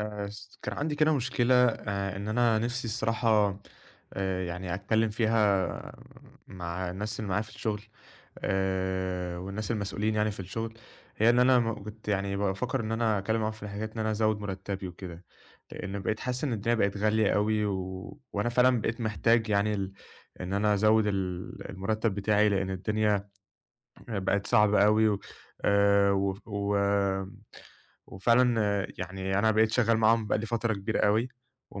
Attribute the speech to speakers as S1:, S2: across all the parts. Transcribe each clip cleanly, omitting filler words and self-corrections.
S1: س كان عندي كده مشكلة، إن أنا نِفْسي الصراحة يعني أتكلّم فيها مع الناس اللي معايا في الشُغل، والناس المسؤولين يعني في الشُغل، هي إن أنا كنت يعني بافكّر إن أنا أتكلّم معاهم في حكاية إن أنا أزوّد مُرتّبي وكده، لإن بقيت حاسس إن الدنيا بقت غالية أوي و وأنا فعلًا بقيت محتاج يعني إن أنا أزوّد المُرتّب بتاعي، لإن الدنيا بقت صعبة أوي و وفعلًا آه، يعني أنا بقيت شغّال معاهم بقى لي فترة كبيرة أوي،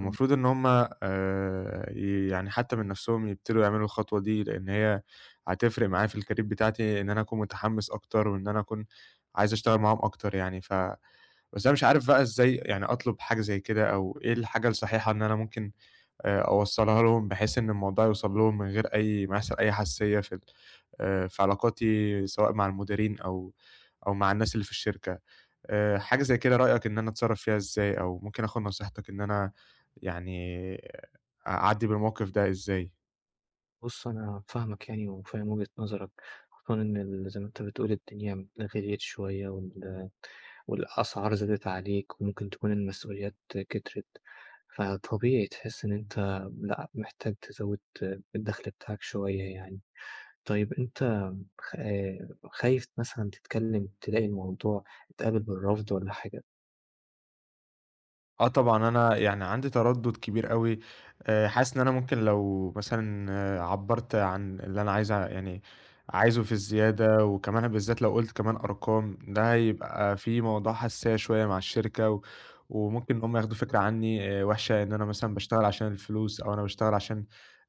S2: إمم،
S1: إن هُم ي يعني حتى من نَفْسهم يبتدوا يعملوا الخطوة دي، لإن هي هتفرق معايا في الcareer بتاعتي، إن أنا أكون متحمّس أكتر، وإن أنا أكون عايز أشتغل معاهم أكتر يعني. بس أنا مش عارف بقى إزاي يعني أطلب حاجة زي كده، أو إيه الحاجة الصحيحة إن أنا ممكن أوصّلها لهم، بحيث إن الموضوع يوصل لهم من غير أي ما يحصل أي حساسية في ال في علاقاتي سواء مع المديرين أو أو مع الناس اللي في الشركة. حاجة زي كده رأيك إن أنا أتصرّف فيها إزاي، أو ممكن آخُد نصيحتك إن أنا يعني أعدّي بالموقف ده إزاي؟
S2: بُص أنا فاهمك يعني وفاهم وجهة نظرك، خصوصًا إن ال زي ما أنت بتقول الدنيا غليت شوية والأسعار زادت عليك، وممكن تكون المسؤوليات كترت، فطبيعي تحس إن أنت لأ، محتاج تزوّد الدخل بتاعك شوية يعني. طيب أنت خ خايف مثلًا تتكلم تلاقي الموضوع اتقابل بالرفض والّا حاجة؟
S1: آه طبعًا، أنا يعني عندي تردُّد كبير أوي، حاسس إن أنا ممكن لو مثلًا آه، عبّرت عن اللي أنا عايز يعني عايزه في الزيادة، وكمان بالذات لو قُلت كمان أرقام، ده هيبقى في موضوع حساسية شوية مع الشركة، وممكن إن هُم ياخدوا فكرة عنّي وِحشة، إن أنا مثلًا باشتغل عشان الفلوس، أو أنا باشتغل عشان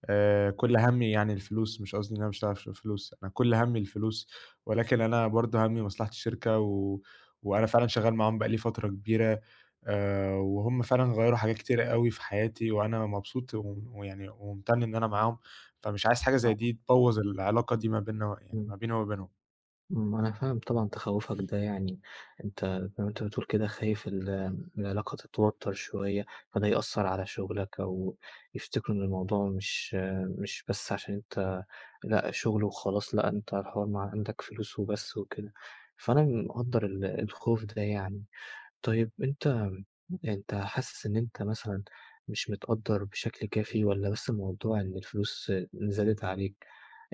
S1: كل هَمّي يعني الفلوس. مش قصدي إن أنا باشتغل عشان الفلوس، أنا كل هَمّي الفلوس، ولكن أنا برضه هَمّي مصلحة الشركة، وأنا فعلًا شغّال معاهم بقى لي فترة كبيرة. وهُم فعلًا غيّروا حاجات كتيرة أوي في حياتي، وأنا مبسوط وم ويعني ومُمتَن إن أنا معاهم، فمش عايز حاجة زي
S2: آه.
S1: دي تبوّظ العلاقة دي ما بيننا، يعني ما
S2: إمم.
S1: بيني وما بينهم.
S2: أنا فاهم طبعًا تخوّفك ده يعني، أنت زي ما أنت بتقول كده خايف العلاقة تتوتر شوية، فده يأثّر على شغلك أو يفتكروا إن الموضوع مش بس عشان أنت لأ شغل وخلاص، لأ أنت الحوار مع عندك فلوس وبس وكده، فأنا مقدّر الخوف ده يعني. طيب أنت حاسس إن أنت مثلًا مش متقدّر بشكل كافي والّا بس الموضوع إن الفلوس زادت عليك،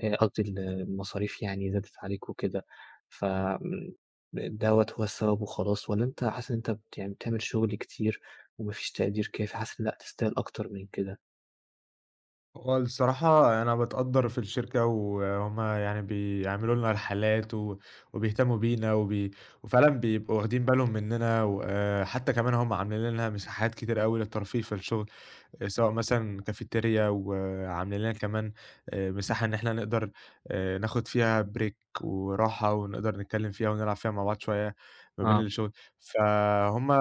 S2: قصدي المصاريف يعني زادت عليك وكده، ف آمم دوّة هو السبب وخلاص والّا أنت حاسس إن أنت بت يعني بتعمل شغل كتير وما فيش تقدير كافي، حاسس إن لأ تستاهل أكتر من كده؟
S1: هو الصراحة أنا باتقدّر في الشركة، وهُم يعني بيعملوا لنا رحلات و وبيهتموا بينا وبي وفعلًا بيبقوا واخدين بالهم مننا، وآآ حتى كمان هُم عاملين لنا مساحات كتيرة أوي للترفيه في الشغل. سواء مثلًا كافيتيريا، وعاملين لنا كمان مساحة إن إحنا نقدر ناخد فيها break وراحة، ونقدر نتكلّم فيها ونلعب فيها مع بعض شوية ما بين
S2: آه،
S1: الشغل. فهُم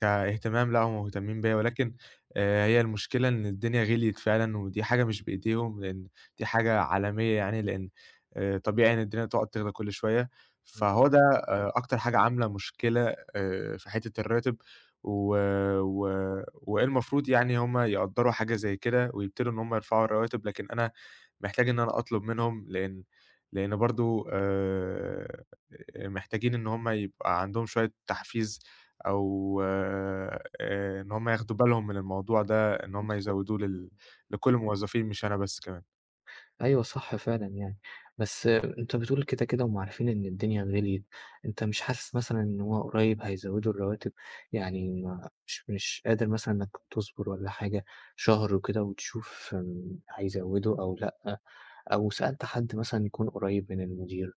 S1: كاهتمام لأ، هُم مهتمين بيّا، ولكن هي المشكلة إن الدنيا غِليِت فعلًا، ودي حاجة مش بإيديهم، لإن دي حاجة عالمية يعني، لإن طبيعي إن الدنيا تقعد تغلى كل شوية،
S2: إمم،
S1: فهو ده أكتر حاجة عاملة مشكلة في حتّة الراتب. و و وإيه المفروض يعني هم يقدّروا حاجة زي كده، ويبتدوا إن هم يرفعوا الرواتب، لكن أنا محتاج إن أنا أطلب منهم، لإن لإن برضه محتاجين إن هم يبقى عندهم شوية تحفيز، أو إن هم ياخدوا بالهم من الموضوع ده، إن هم
S2: بالضبط.
S1: يزوّدوه لكل الموظفين، مش أنا بس كمان.
S2: أيوه صح فعلًا يعني، بس أنت بتقول كده هُم عارفين إن الدنيا غِليِت، أنت مش حاسس مثلًا إن هو قريب هيزوّدوا الرواتب؟ يعني ما مش مش قادر مثلًا إنك تصبر والّا حاجة شهر وكده وتشوف آمم، هيزوّدوا أو لأ، أو سألت حد مثلًا يكون قريب من المدير،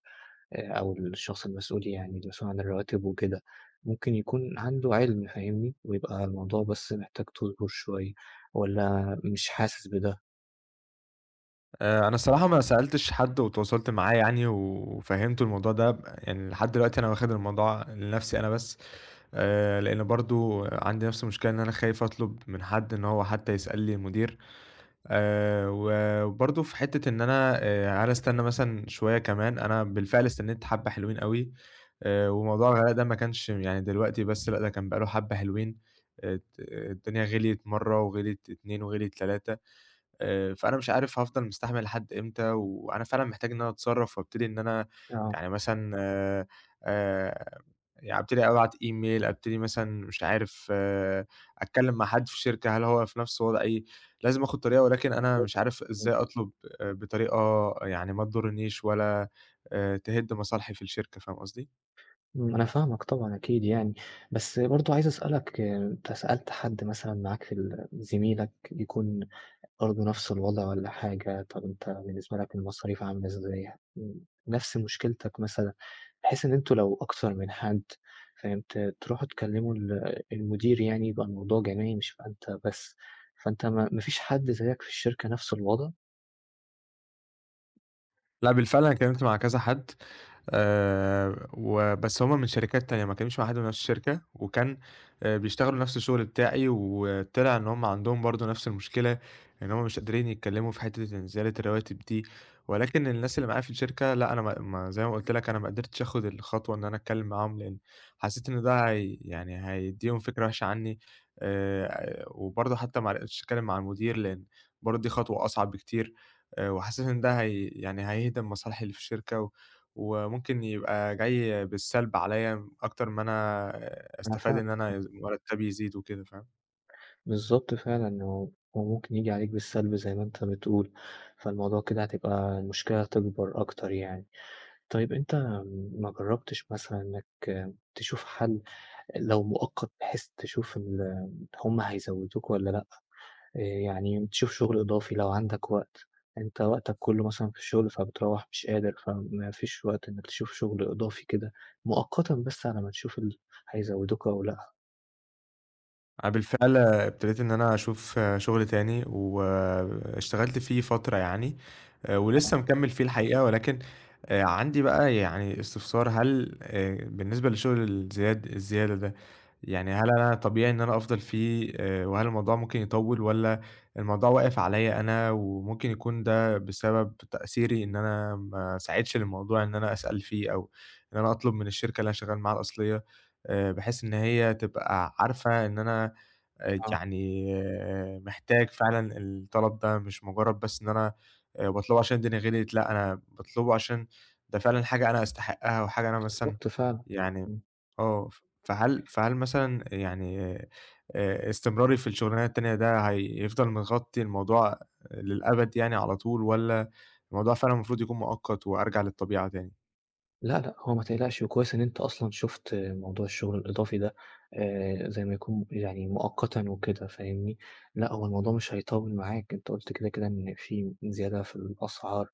S2: أو الشخص المسؤول يعني المسؤول عن الرواتب وكده، ممكن يكون عنده عِلْم فاهمني، ويبقى الموضوع بس محتاج تصبر شوية والّا مش حاسس بده؟
S1: أنا الصراحة ما سألتش حد وتواصلت معاه يعني وفهّمته الموضوع ده, يعني لحد دلوقتي أنا واخد الموضوع لنفسي أنا بس، لإن برضه عندي نفس المشكلة، إن أنا خايف أطلب من حد إن هو حتى يسألني المدير، و وبرضه في حتة إن أنا هل أستنى مثلًا شوية كمان؟ أنا بالفعل استنيت حبّة حلوين أوي، وموضوع الغلاء ده ما كانش يعني دلوقتي بس، لأ، ده كان بقى له حبّة حلوين. الدنيا غليت مرّة، وغليت 2، وغليت 3. فأنا مش عارف هافضل مستحمل لحد إمتى، وأنا فعلًا محتاج إن أنا أتصرّف، وأبتدي إن أنا
S2: آه،
S1: يعني مثلًا آآ، يعني أبتدي أبعت email، أبتدي مثلًا مش عارف آه، أتكلّم مع حد في شركة، هل هو في نفس وضعي؟ لازم آخُد طريقة، ولكن أنا مش
S2: بالضبط.
S1: عارف إزاي أطلب بطريقة يعني ما تضرّنيش، ولا تهِد مصالحي في الشركة، فاهم قصدي؟
S2: إمم، أنا فاهمك طبعًا أكيد يعني، بس برضه عايز أسألك آه، أنت سألت حد مثلًا معاك في زميلك يكون برضه نفس الوضع والّا حاجة؟ طَب أنت بالنسبة لك المصاريف عاملة إزاي؟ نفس مشكلتك مثلًا، بحيث إن أنتم لو أكتر من حد فاهم، تروحوا تكلموا المدير يعني يبقى الموضوع جماعي مش يبقى أنت بس، فأنت ما فيش حد زيك في الشركة نفس الوضع؟
S1: لأ بالفعل أنا اتكلّمت مع كذا حد، وبس هم من شركات تانية، ما كانوش مع حد من نفس الشركة، وكان بيشتغلوا نفس الشغل بتاعي، وطلع إن هم عندهم برضه نفس المشكلة، إن هم مش قادرين يتكلموا في حتّة إن زيادة الرواتب دي، ولكن الناس اللي معايا في الشركة لأ، أنا ما زي ما قُلت لك أنا ما قدرتش آخد الخطوة إن أنا أتكلم معاهم، لإن حسيت إن ده هي يعني هيدّيهم فكرة وحشة عنّي، وبرضه حتّى ما عرفتش أتكلم مع المدير، لإن برضه دي خطوة أصعب بكتير، وحسيت إن ده هي يعني هيهدم مصالحي اللي في الشركة، وممكن يبقى جاي بالسلب عليّا أكتر ما أنا
S2: أنا
S1: أستفاد إن
S2: فاهمك.
S1: أنا مرتّبي يزيد وكده، فاهم؟
S2: بالضبط فعلًا، هو ممكن ييجي عليك بالسلب زي ما أنت بتقول، فالموضوع كده هتبقى المشكلة هتكبر أكتر يعني. طيب ما جرّبتش مثلًا إنك تشوف حل لو مؤقت بحيث تشوف هم هيزودوك والّا لأ، يعني تشوف شغل إضافي لو عندك وقت، أنت وقتك كله مثلًا في الشغل فبتروّح مش قادر، فما فيش وقت إنك تشوف شغل إضافي كده مؤقتًا بس على ما تشوف هيزودوك أو لأ.
S1: أنا بالفعل ابتديت إن أنا أشوف شغل تاني، واشتغلت فيه فترة يعني، ولسه مكمّل فيه الحقيقة، ولكن عندي بقى يعني استفسار، هل بالنسبة للشغل الزيادة ده، يعني هل أنا طبيعي إن أنا أفضل فيه، وهل الموضوع ممكن يطوّل، والّا الموضوع واقف عليَّ أنا، وممكن يكون ده بسبب تقصيري، إن أنا ما سعيتش للموضوع إن أنا أسأل فيه، أو إن أنا أطلب من الشركة اللي أنا شغال معاها الأصلية، بحيث إن هي تبقى عارفة إن أنا
S2: آه.
S1: يعني آه، محتاج فعلًا الطلب ده، مش مجرد بس إن أنا باطلبه عشان الدنيا غليت، لأ أنا باطلبه عشان ده فعلًا حاجة أنا أستحقها، وحاجة أنا مثلًا
S2: بالضبط فعلًا.
S1: يعني آه، ف فهل فهل مثلًا يعني استمراري في الشغلانة التانية ده هيفضل مغطي الموضوع للأبد يعني على طول، والّا الموضوع فعلًا المفروض يكون مؤقت وأرجع للطبيعة تاني؟
S2: لأ، لأ، هو ما تقلقش، وكويس إن أنت أصلًا شُفت موضوع الشغل الإضافي ده، زي ما يكون يعني مؤقتًا وكده فاهمني، لأ هو الموضوع مش هيطوِّل معاك، أنت قُلت كده إن في زيادة في الأسعار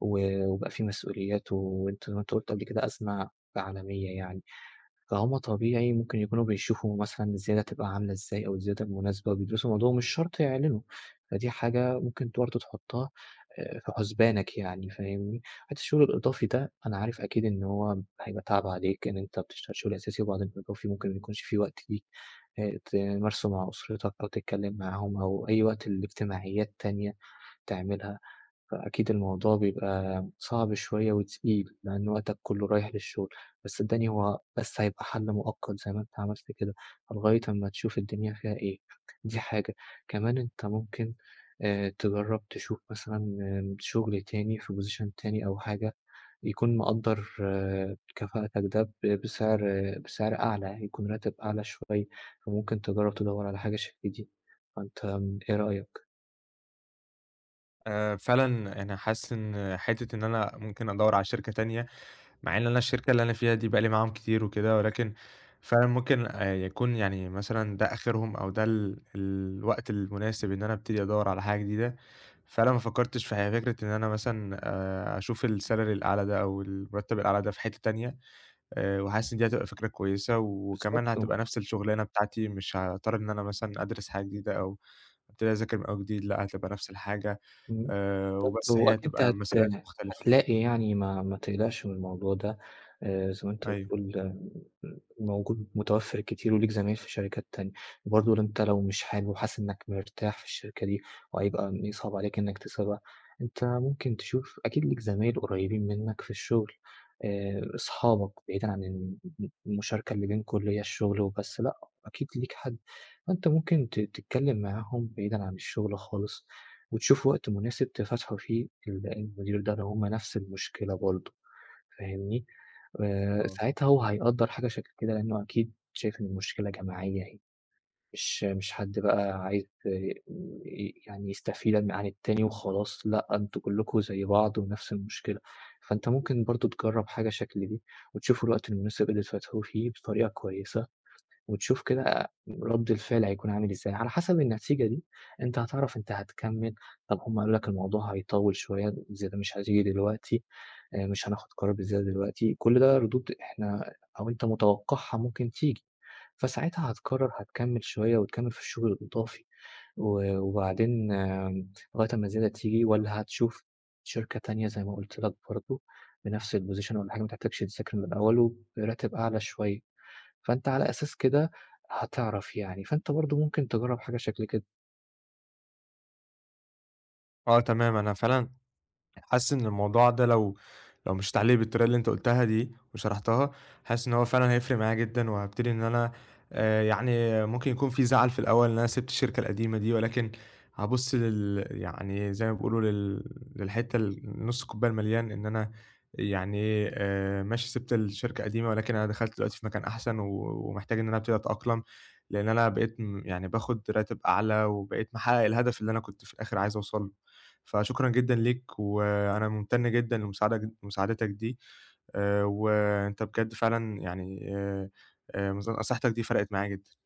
S2: و وبقى في مسؤوليات، وأنت زي ما أنت قُلت قبل كده أزمة عالمية يعني. فهُم طبيعي ممكن يكونوا بيشوفوا مثلًا الزيادة تبقى عاملة إزاي أو الزيادة المناسبة وبيدرسوا الموضوع ومش شرط يعلنوا، فدي حاجة ممكن أنت برضه تحطها في حُسبانك يعني فاهمني، حتى الشغل الإضافي ده أنا عارف أكيد إن هو هيبقى تعب عليك إن أنت بتشتغل شغل أساسي وبعدين إضافي ممكن ما يكونش في وقت ليك تمارسه مع أسرتك أو تتكلم معاهم أو أي وقت لإجتماعيات تانية تعملها. فأكيد الموضوع بيبقى صعب شوية وتقيل، لإن وقتك كُلّه رايح للشغل، بس صدّقني هو بس هيبقى حل مؤقت زي ما أنت عملت كده، لغاية أمّا تشوف الدنيا فيها إيه، دي حاجة. كمان أنت ممكن تجرّب تشوف مثلًا آه، شغل تاني في position تاني أو حاجة يكون مقدّر آه، كفاءتك ده بسعر آه، بسعر أعلى، يكون راتب أعلى شوية، فممكن تجرّب تدوّر على حاجة شبه دي، فأنت آم، إيه رأيك؟
S1: فعلًا أنا حاسس إن حتة إن أنا ممكن أدوّر على شركة تانية، مع إن أنا الشركة اللي أنا فيها دي بقى لي معاهم كتير وكده، ولكن فعلًا ممكن يكون يعني مثلًا ده آخرهم أو ده الوقت المناسب إن أنا أبتدي أدوّر على حاجة جديدة، فأنا ما فكّرتش في فكرة إن أنا مثلًا أشوف الsalary الأعلى ده أو المرتّب الأعلى ده في حتّة تانية، وحاسس إن دي هتبقى فكرة كويسة، وكمان
S2: بالضبط.
S1: هتبقى نفس الشُغلانة بتاعتي، مش هاضطر إن أنا مثلًا أدرس حاجة جديدة أو أبتدي أذاكر من أول وجديد، لأ هتبقى نفس الحاجة،
S2: إمم، بالضبط،
S1: وبس هي
S2: وأكيد
S1: هتبقى مسؤوليات مختلفة.
S2: هتلاقي يعني ما تقلقش من الموضوع ده، زي ما أنت
S1: أيوه،
S2: بتقول موجود متوفر كتير وليك زمايل في شركات تانية، برضه أنت لو مش حابب وحاسس إنك مرتاح في الشركة دي وهيبقى يصعب عليك إنك تسيبها، أنت ممكن تشوف أكيد ليك زمايل قريبين منك في الشغل، أصحابك بعيدًا عن المشاركة اللي بينكم اللي هي الشغل وبس، لأ أكيد ليك حد، فأنت ممكن تتكلم معاهم بعيدًا عن الشغل خالص. وتشوفوا وقت مناسب تفتحوا فيه المدير ده لو هُم نفس المشكلة برضه، فاهمني؟
S1: آه.
S2: ساعتها هو هيقدّر حاجة شكل كده لأنه أكيد شايف إن المشكلة جماعية أهي، مش حد بقى عايز يعني يستفيد عن التاني وخلاص، لأ أنتم كلكم زي بعض ونفس المشكلة، فأنت ممكن برضه تجرّب حاجة شكل دي، وتشوفوا الوقت المناسب اللي تفتحوه فيه بطريقة كويسة. وتشوف كده رد الفعل هيكون عامل إزاي، على حسب النتيجة دي أنت هتعرف أنت هتكمّل، طب هم قالوا لك الموضوع هيطوّل شوية، الزيادة مش هتيجي دلوقتي، مش هناخد قرار بالزيادة دلوقتي، كل ده ردود إحنا أو أنت متوقّعها ممكن تيجي، فساعتها هتقرر هتكمّل شوية وتكمّل في الشغل الإضافي وبعدين آم، لغاية أمّا الزيادة تيجي والّا هتشوف شركة تانية زي ما قُلت لك برضه بنفْس الposition والّا حاجة ما تحتاجش تذاكر من الأول وبراتب أعلى شوية. فأنت على أساس كده هتعرف يعني، فأنت برضه ممكن تجرّب حاجة شكل كده.
S1: آه تمام، أنا فعلًا حاسس إن الموضوع ده لو لو مشيت عليه بالطريقة اللي أنت قُلتها دي وشرحتها، حاسس إن هو فعلًا هيفرق معايا جدًا، وهابتدي إن أنا يعني ممكن يكون في زعل في الأول إن أنا سِبت الشركة القديمة دي، ولكن هابُص يعني زي ما بيقولوا للحتّة نُص الكوباية المليان، إن أنا يعني ماشي سِبت الشركة القديمة، ولكن أنا دخلت دلوقتي في مكان أحسن، ومحتاج إن أنا أبتدي أتأقلم، لإن أنا بقيت يعني باخد راتب أعلى، وبقيت محقق الهدف اللي أنا كنت في الآخر عايز أوصل له. فشكرًا جدًا ليك، أنا ممتن جدًا مساعدتك دي، وأنت بجد فعلًا يعني نصيحتك دي فرقت معايا جدًا.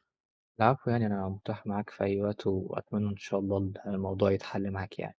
S2: العفو يعني أنا متاح معاك في أي وقت وأتمنى إن شاء الله الموضوع يتحل معاك يعني.